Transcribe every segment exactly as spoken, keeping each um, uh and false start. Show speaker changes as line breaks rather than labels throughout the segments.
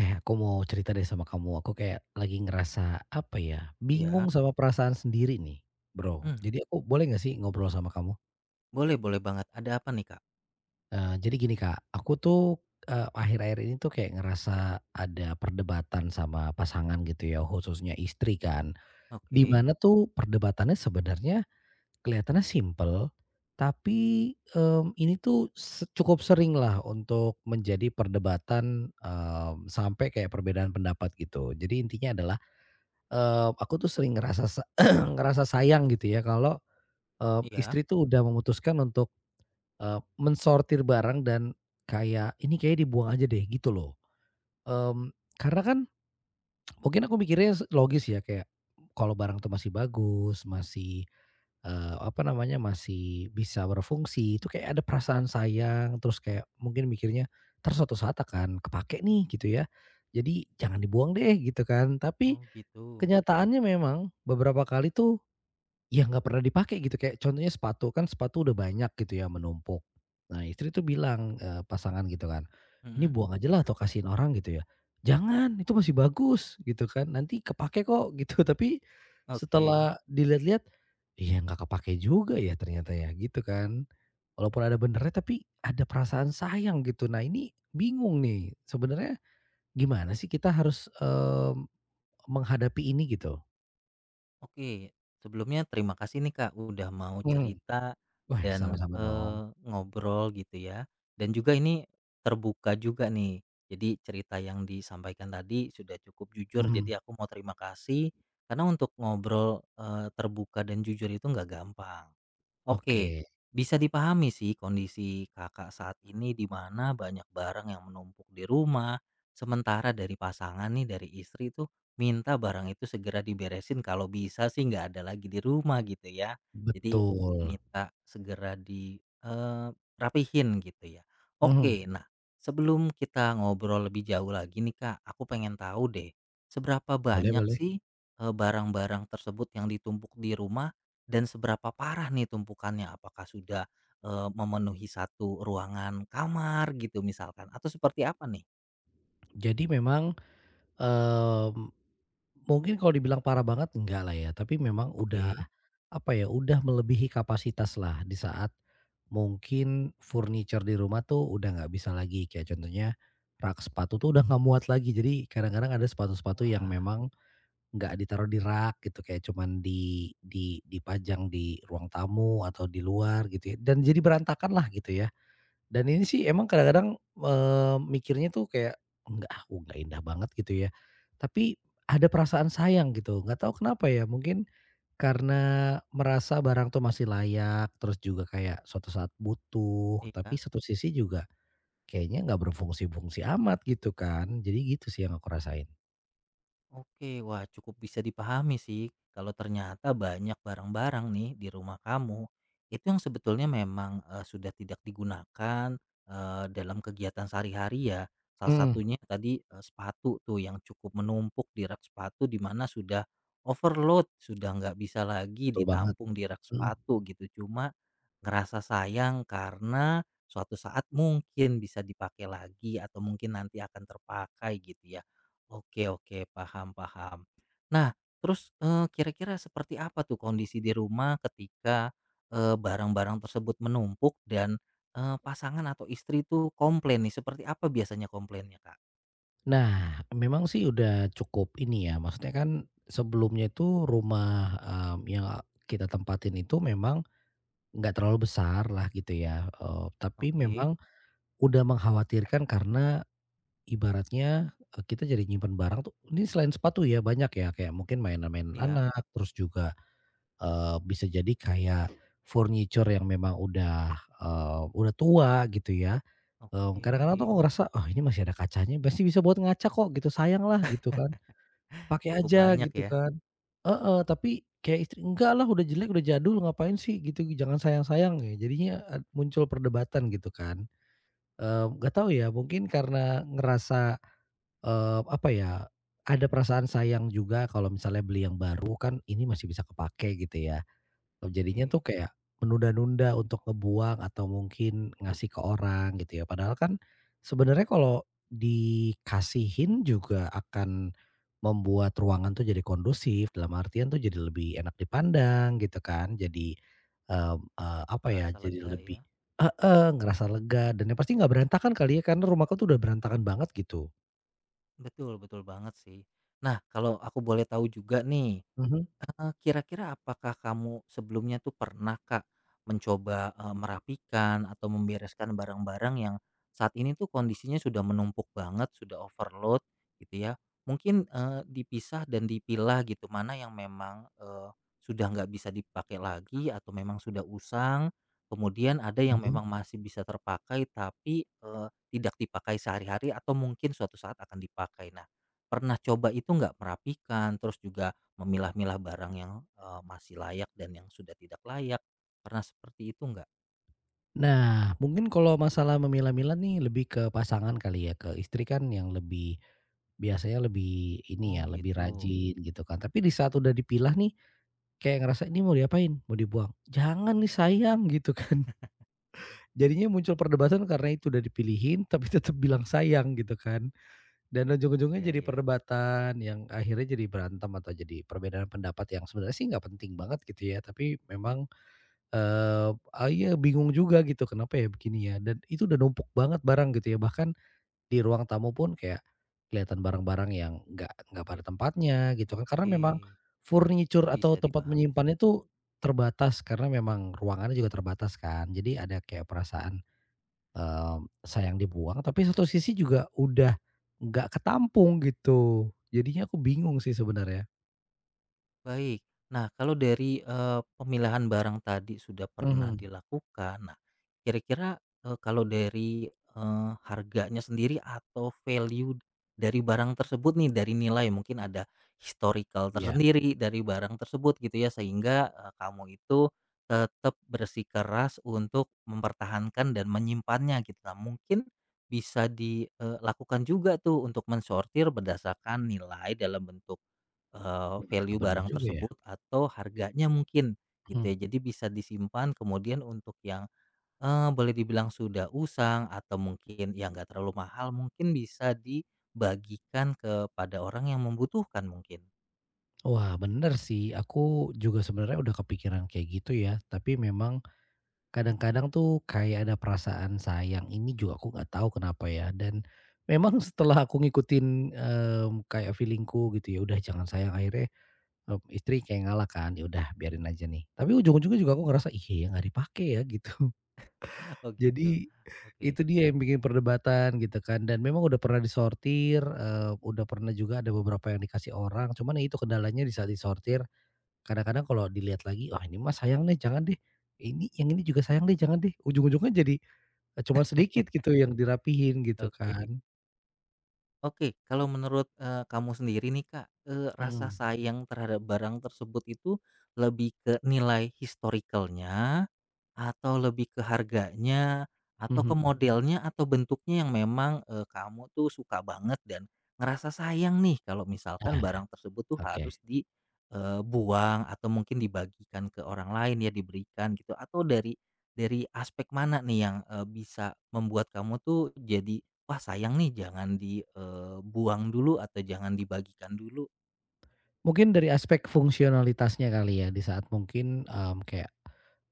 Eh, aku mau cerita deh sama kamu. Aku kayak lagi ngerasa apa ya, bingung
Iya,
sama perasaan sendiri nih, Bro.
mmm,
Jadi aku boleh nggak sih ngobrol sama kamu?
boleh boleh banget. Ada apa nih, Kak?
Eee, jadi gini, Kak, aku tuh, eee, akhir-akhir ini tuh kayak ngerasa ada perdebatan sama pasangan gitu ya, khususnya istri kan. Di
Oke,
mana tuh perdebatannya sebenarnya kelihatannya simple tapi, mmm, ini tuh se cukup sering lah untuk menjadi perdebatan, mmm, sampai kayak perbedaan pendapat gitu. Jadi intinya adalah Eee, aku tuh sering ngerasa sa ngerasa sayang gitu ya kalau, eee,
iya.
istri tuh udah memutuskan untuk, eee, mensortir barang dan kayak, "Ini kayaknya dibuang aja deh," gitu loh. Mmm, karena kan mungkin aku mikirnya s logis ya kayak, kalau barang tuh masih bagus, masih, eee, apa namanya, masih bisa berfungsi, itu kayak ada perasaan sayang, terus kayak mungkin mikirnya, "Entar suatu saat akan kepake nih," gitu ya. Jadi jangan dibuang deh, gitu kan. Tapi
Oh gitu,
kenyataannya memang beberapa kali tuh ya nggak pernah dipakai gitu, kayak contohnya sepatu, kan sepatu udah banyak gitu ya menumpuk. Nah istri tuh bilang, eee, pasangan gitu kan,
mhm,
"Ini buang aja lah atau kasihin orang," gitu ya. "Jangan, itu masih bagus," gitu kan, "nanti kepakai kok," gitu. Tapi
oke.
setelah dilihat-lihat, iya nggak kepakai juga ya ternyata ya, gitu kan. Walaupun ada benernya tapi ada perasaan sayang gitu. Nah ini bingung nih, sebenarnya gimana sih kita harus, mmm, menghadapi ini gitu?
Oke, sebelumnya terima kasih nih, Kak, udah mau
Mhm.
cerita
Wah,
dan,
sama-sama dong.
eee, ngobrol gitu ya, dan juga ini terbuka juga nih. Jadi cerita yang disampaikan tadi sudah cukup jujur,
Mhm.
jadi aku mau terima kasih karena untuk ngobrol, eee, terbuka dan jujur itu nggak gampang. Oke,
Oke,
bisa dipahami sih kondisi Kakak saat ini di mana banyak barang yang menumpuk di rumah, sementara dari pasangan nih, dari istri tuh minta barang itu segera diberesin kalau bisa sih nggak ada lagi di rumah gitu ya. Jadi
betul.
minta segera di eh, rapihin gitu ya.
Mhm,
Oke, nah sebelum kita ngobrol lebih jauh lagi nih Kak, aku pengen tahu deh seberapa
boleh,
banyak
boleh.
sih eh, barang-barang tersebut yang ditumpuk di rumah dan seberapa parah nih tumpukannya? Apakah sudah, eee, memenuhi satu ruangan kamar gitu misalkan atau seperti apa nih?
Jadi memang, mmm, mungkin kalau dibilang parah banget enggak lah ya, tapi memang udah,
Oke.
apa ya, udah melebihi kapasitas lah di saat mungkin furniture di rumah tuh udah nggak bisa lagi, kayak contohnya rak sepatu tuh udah nggak muat lagi. Jadi kadang-kadang ada sepatu-sepatu yang
Wah,
memang nggak ditaruh di rak gitu, kayak cuman di di dipajang di ruang tamu atau di luar gitu ya, dan jadi berantakan lah gitu ya. Dan ini sih emang kadang-kadang, eee, mikirnya tuh kayak, "Enggak ah, oh, nggak indah banget," gitu ya. Tapi ada perasaan sayang gitu, nggak tahu kenapa ya, mungkin karena merasa barang tuh masih layak, terus juga kayak suatu saat butuh, tapi
iya.
satu sisi juga kayaknya nggak berfungsi-fungsi amat gitu kan. Jadi gitu sih yang aku rasain.
Oke, wah cukup bisa dipahami sih kalau ternyata banyak barang-barang nih di rumah kamu itu yang sebetulnya memang eh, sudah tidak digunakan eh, dalam kegiatan sehari-hari ya. Salah
Mhm,
satunya tadi eh, sepatu tuh yang cukup menumpuk di rak sepatu di mana sudah overload, sudah nggak bisa lagi
betul banget,
ditampung di rak
mhm.
sepatu gitu. Cuma ngerasa sayang karena suatu saat mungkin bisa dipakai lagi atau mungkin nanti akan terpakai gitu ya. Oke oke, paham paham. Nah, terus, eee, kira-kira seperti apa tuh kondisi di rumah ketika, eee, barang-barang tersebut menumpuk dan, eee, pasangan atau istri tuh komplain nih, seperti apa biasanya komplainnya, Kak?
Nah, memang sih udah cukup ini ya, maksudnya kan sebelumnya itu rumah, mmm, yang kita tempatin itu memang nggak terlalu besar lah gitu ya, eee, tapi
Oke,
memang udah mengkhawatirkan karena ibaratnya, eee, kita jadi nyimpen barang tuh ini selain sepatu ya banyak ya, kayak mungkin mainan-mainan
iya,
anak, terus juga, eee, bisa jadi kayak furniture yang memang udah, eee, udah tua gitu ya. Mmm,
oke.
kadang-kadang tuh aku ngerasa, "Oh ini masih ada kacanya, pasti bisa buat ngaca kok," gitu, "sayang lah," gitu kan. Pakai
Cukup
aja
banyak
gitu
ya?
kan. Heeh, tapi kayak istri, "Enggak lah udah jelek, udah jadul, ngapain sih gitu, jangan sayang-sayang." Ya jadinya ad muncul perdebatan gitu kan. Eee, nggak tahu ya mungkin karena ngerasa, eee, apa ya, ada perasaan sayang juga kalau misalnya beli yang baru kan, ini masih bisa kepakai gitu ya. Oh, jadinya tuh
Oke,
kayak menunda-nunda untuk ngebuang atau mungkin ngasih ke orang gitu ya. Padahal kan sebenarnya kalau dikasihin juga akan membuat ruangan tuh jadi kondusif, dalam artian tuh jadi lebih enak dipandang gitu kan. Jadi, mmm, eee, apa ya,
terasa
jadi
lega ya?
lebih heeh, ngerasa lega dan yang pasti nggak berantakan kali ya, karena rumahku tuh udah berantakan banget gitu.
Betul betul banget sih. Nah, kalau aku boleh tahu juga nih,
Mhm,
Eee, kira-kira apakah kamu sebelumnya tuh pernah, Kak, mencoba, eee, merapikan atau membereskan barang-barang yang saat ini tuh kondisinya sudah menumpuk banget, sudah overload gitu ya. Mungkin, eee, dipisah dan dipilah gitu, mana yang memang, eee, sudah nggak bisa dipakai lagi atau memang sudah usang, kemudian ada yang
mhm.
memang masih bisa terpakai tapi, eee, tidak dipakai sehari-hari atau mungkin suatu saat akan dipakai. Nah, pernah coba itu nggak merapikan, terus juga memilah-milah barang yang, eee, masih layak dan yang sudah tidak layak, pernah seperti itu nggak?
Nah, mungkin kalau masalah memilah-milah nih lebih ke pasangan kali ya, ke istri kan yang lebih biasanya lebih
Oh
ini ya, lebih
gitu,
rajin gitu kan. Tapi di saat udah dipilah nih, kayak ngerasa ini mau diapain? Mau dibuang? "Jangan nih sayang," gitu kan. Jadinya muncul perdebatan karena itu udah dipilihin tapi tetap bilang sayang gitu kan. Dan ujung-ujungnya
ya
jadi
ya,
perdebatan yang akhirnya jadi berantem atau jadi perbedaan pendapat yang sebenarnya sih nggak penting banget gitu ya, tapi memang Eee, ah, iya bingung juga gitu kenapa ya begini ya, dan itu udah numpuk banget barang gitu ya, bahkan di ruang tamu pun kayak kelihatan barang-barang yang nggak nggak pada tempatnya gitu kan, karena
oke,
memang furniture
bisa
atau tempat
dipahami sih.
menyimpannya itu terbatas karena memang ruangannya juga terbatas kan. Jadi ada kayak perasaan, eee, sayang dibuang tapi satu sisi juga udah nggak ketampung gitu. Jadinya aku bingung sih sebenarnya.
Baik. Nah, kalau dari, eee, pemilahan barang tadi sudah pernah
Mhm.
dilakukan, nah kira-kira, eee, kalau dari, eee, harganya sendiri atau value dari barang tersebut nih, dari nilai mungkin ada historical
Iya,
tersendiri dari barang tersebut gitu ya, sehingga, eee, kamu itu tetap bersikeras untuk mempertahankan dan menyimpannya gitu. Nah, mungkin bisa dilakukan juga tuh untuk mensortir berdasarkan nilai dalam bentuk Eee, value
bener
barang
juga ya.
tersebut atau harganya mungkin gitu
Mhm.
ya. Jadi bisa disimpan kemudian untuk yang, eee, boleh dibilang sudah usang atau mungkin ya nggak terlalu mahal mungkin bisa dibagikan kepada orang yang membutuhkan mungkin.
Wah, bener sih. Aku juga sebenarnya udah kepikiran kayak gitu ya. Tapi memang kadang-kadang tuh kayak ada perasaan sayang ini juga aku nggak tahu kenapa ya. Dan memang setelah aku ngikutin em, kayak feelingku gitu ya, udah jangan sayang, akhirnya em, istri kayak ngalah kan. Ya udah biarin aja nih. Tapi ujung-ujungnya juga aku ngerasa iya ya nggak dipakai ya gitu.
Oh gitu.
Jadi
Oke
itu dia yang bikin perdebatan gitu kan. Dan memang udah pernah disortir, eh, udah pernah juga ada beberapa yang dikasih orang. Cuman ya itu kendalanya di saat disortir. Kadang-kadang kalau dilihat lagi, wah ini mah sayang deh, jangan deh, ini yang ini juga sayang deh, jangan deh, ujung-ujungnya jadi, eee, cuman sedikit gitu yang dirapihin gitu
oke
kan.
oke. Kalau menurut, eee, kamu sendiri nih Kak, eee, rasa
Mhm,
sayang terhadap barang tersebut itu lebih ke nilai historicalnya? Atau lebih ke harganya, atau ke
mhm.
modelnya, atau bentuknya yang memang, eee, kamu tuh suka banget dan ngerasa sayang nih kalau misalkan
Nah,
barang tersebut tuh
oke.
harus dibuang atau mungkin dibagikan ke orang lain ya, diberikan gitu, atau dari dari aspek mana nih yang, eee, bisa membuat kamu tuh jadi, "Wah sayang nih jangan dibuang dulu atau jangan dibagikan dulu."
Mungkin dari aspek fungsionalitasnya kali ya, di saat mungkin, mmm, kayak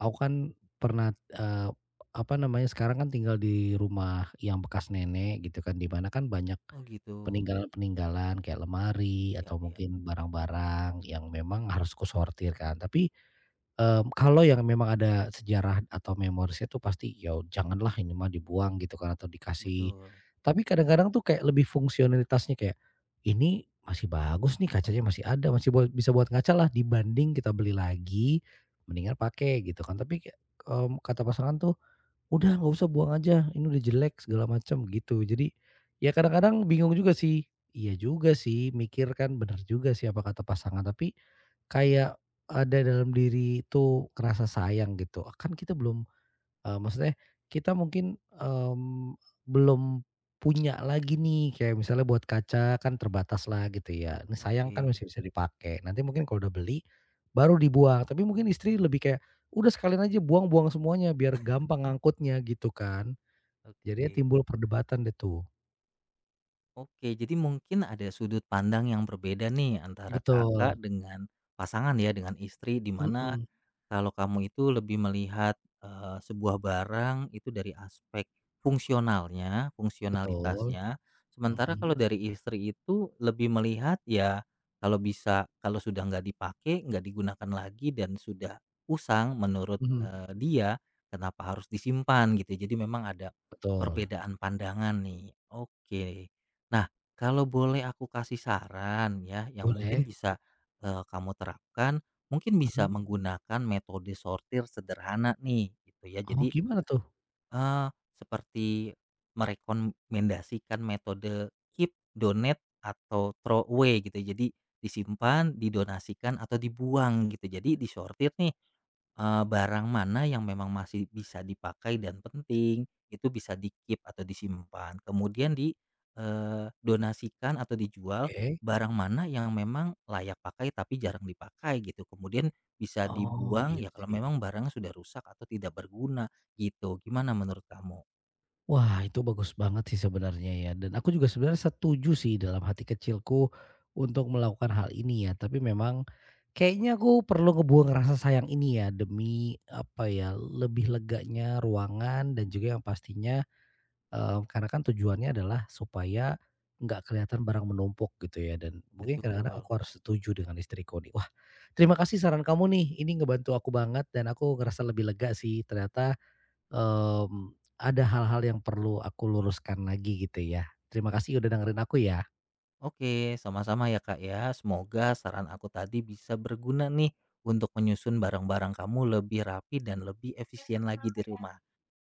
aku kan pernah, eee, apa namanya, sekarang kan tinggal di rumah yang bekas nenek gitu kan, di mana kan banyak
Oh gitu,
peninggalan-peninggalan kayak lemari
ya
atau
ya,
mungkin barang-barang yang memang harus kusortir kan, tapi Mmm, kalau yang memang ada sejarah atau memorisnya tuh pasti, "Ya janganlah ini mah dibuang," gitu kan, atau dikasih.
betul.
Tapi kadang-kadang tuh kayak lebih fungsionalitasnya kayak, "Ini masih bagus nih, kacanya masih ada, masih buat bisa buat ngaca lah dibanding kita beli lagi, mendingan pakai," gitu kan. Tapi kayak, mmm, kata pasangan tuh, "Udah nggak usah, buang aja, ini udah jelek," segala macam gitu. Jadi, ya kadang-kadang bingung juga sih. Iya juga sih, mikir kan bener juga sih apa kata pasangan, tapi kayak ada dalam diri itu kerasa sayang gitu, kan kita belum, eee, maksudnya kita mungkin, mmm, belum punya lagi nih kayak misalnya buat kaca kan terbatas lah gitu ya, ini sayang kan
Oke
masih bisa dipakai, nanti mungkin kalau udah beli baru dibuang, tapi mungkin istri lebih kayak, "Udah sekalian aja buang-buang semuanya biar gampang ngangkutnya," gitu kan. Jadinya
oke.
timbul perdebatan deh tuh.
Oke, jadi mungkin ada sudut pandang yang berbeda nih antara Kakak
Betul,
dengan pasangan ya, dengan istri di mana
mhm,
kalau kamu itu lebih melihat, eee, sebuah barang itu dari aspek fungsionalnya,
betul,
fungsionalitasnya, sementara
mhm,
kalau dari istri itu lebih melihat ya kalau bisa kalau sudah nggak dipakai, nggak digunakan lagi dan sudah usang menurut,
mhm,
eee, dia, kenapa harus disimpan gitu. Ya. Jadi memang ada
betul,
perbedaan pandangan nih. Oke. Nah, kalau boleh aku kasih saran ya yang mungkin
boleh,
bisa, eee, kamu terapkan mungkin bisa
mhm,
menggunakan metode sortir sederhana nih gitu ya.
oh
Jadi,
gimana tuh?
eee, seperti merekomendasikan metode keep, donate, atau throw away gitu. Ya. Jadi disimpan, didonasikan, atau dibuang gitu. Jadi disortir nih Eee, barang mana yang memang masih bisa dipakai dan penting, itu bisa di-keep atau disimpan. Kemudian di, eee, donasikan atau dijual,
Oke.
barang mana yang memang layak pakai tapi jarang dipakai gitu. Kemudian bisa
Oh,
dibuang
iya
ya kalau
sih.
memang barang sudah rusak atau tidak berguna gitu. Gimana menurut kamu?
Wah, itu bagus banget sih sebenarnya ya, dan aku juga sebenarnya setuju sih dalam hati kecilku untuk melakukan hal ini ya, tapi memang kayaknya aku perlu ngebuang rasa sayang ini ya demi, apa ya, lebih leganya ruangan dan juga yang pastinya, eee, karena kan tujuannya adalah supaya nggak kelihatan barang menumpuk gitu ya, dan mungkin kadang-kadang aku
Betul.
harus setuju dengan istriku nih. Wah, terima kasih saran kamu nih, ini ngebantu aku banget dan aku ngerasa lebih lega sih ternyata. Mmm, ada hal-hal yang perlu aku luruskan lagi gitu ya. Terima kasih udah dengerin aku ya.
Oke, sama-sama ya, Kak, ya. Semoga saran aku tadi bisa berguna nih untuk menyusun barang-barang kamu lebih rapi dan lebih efisien lagi di rumah.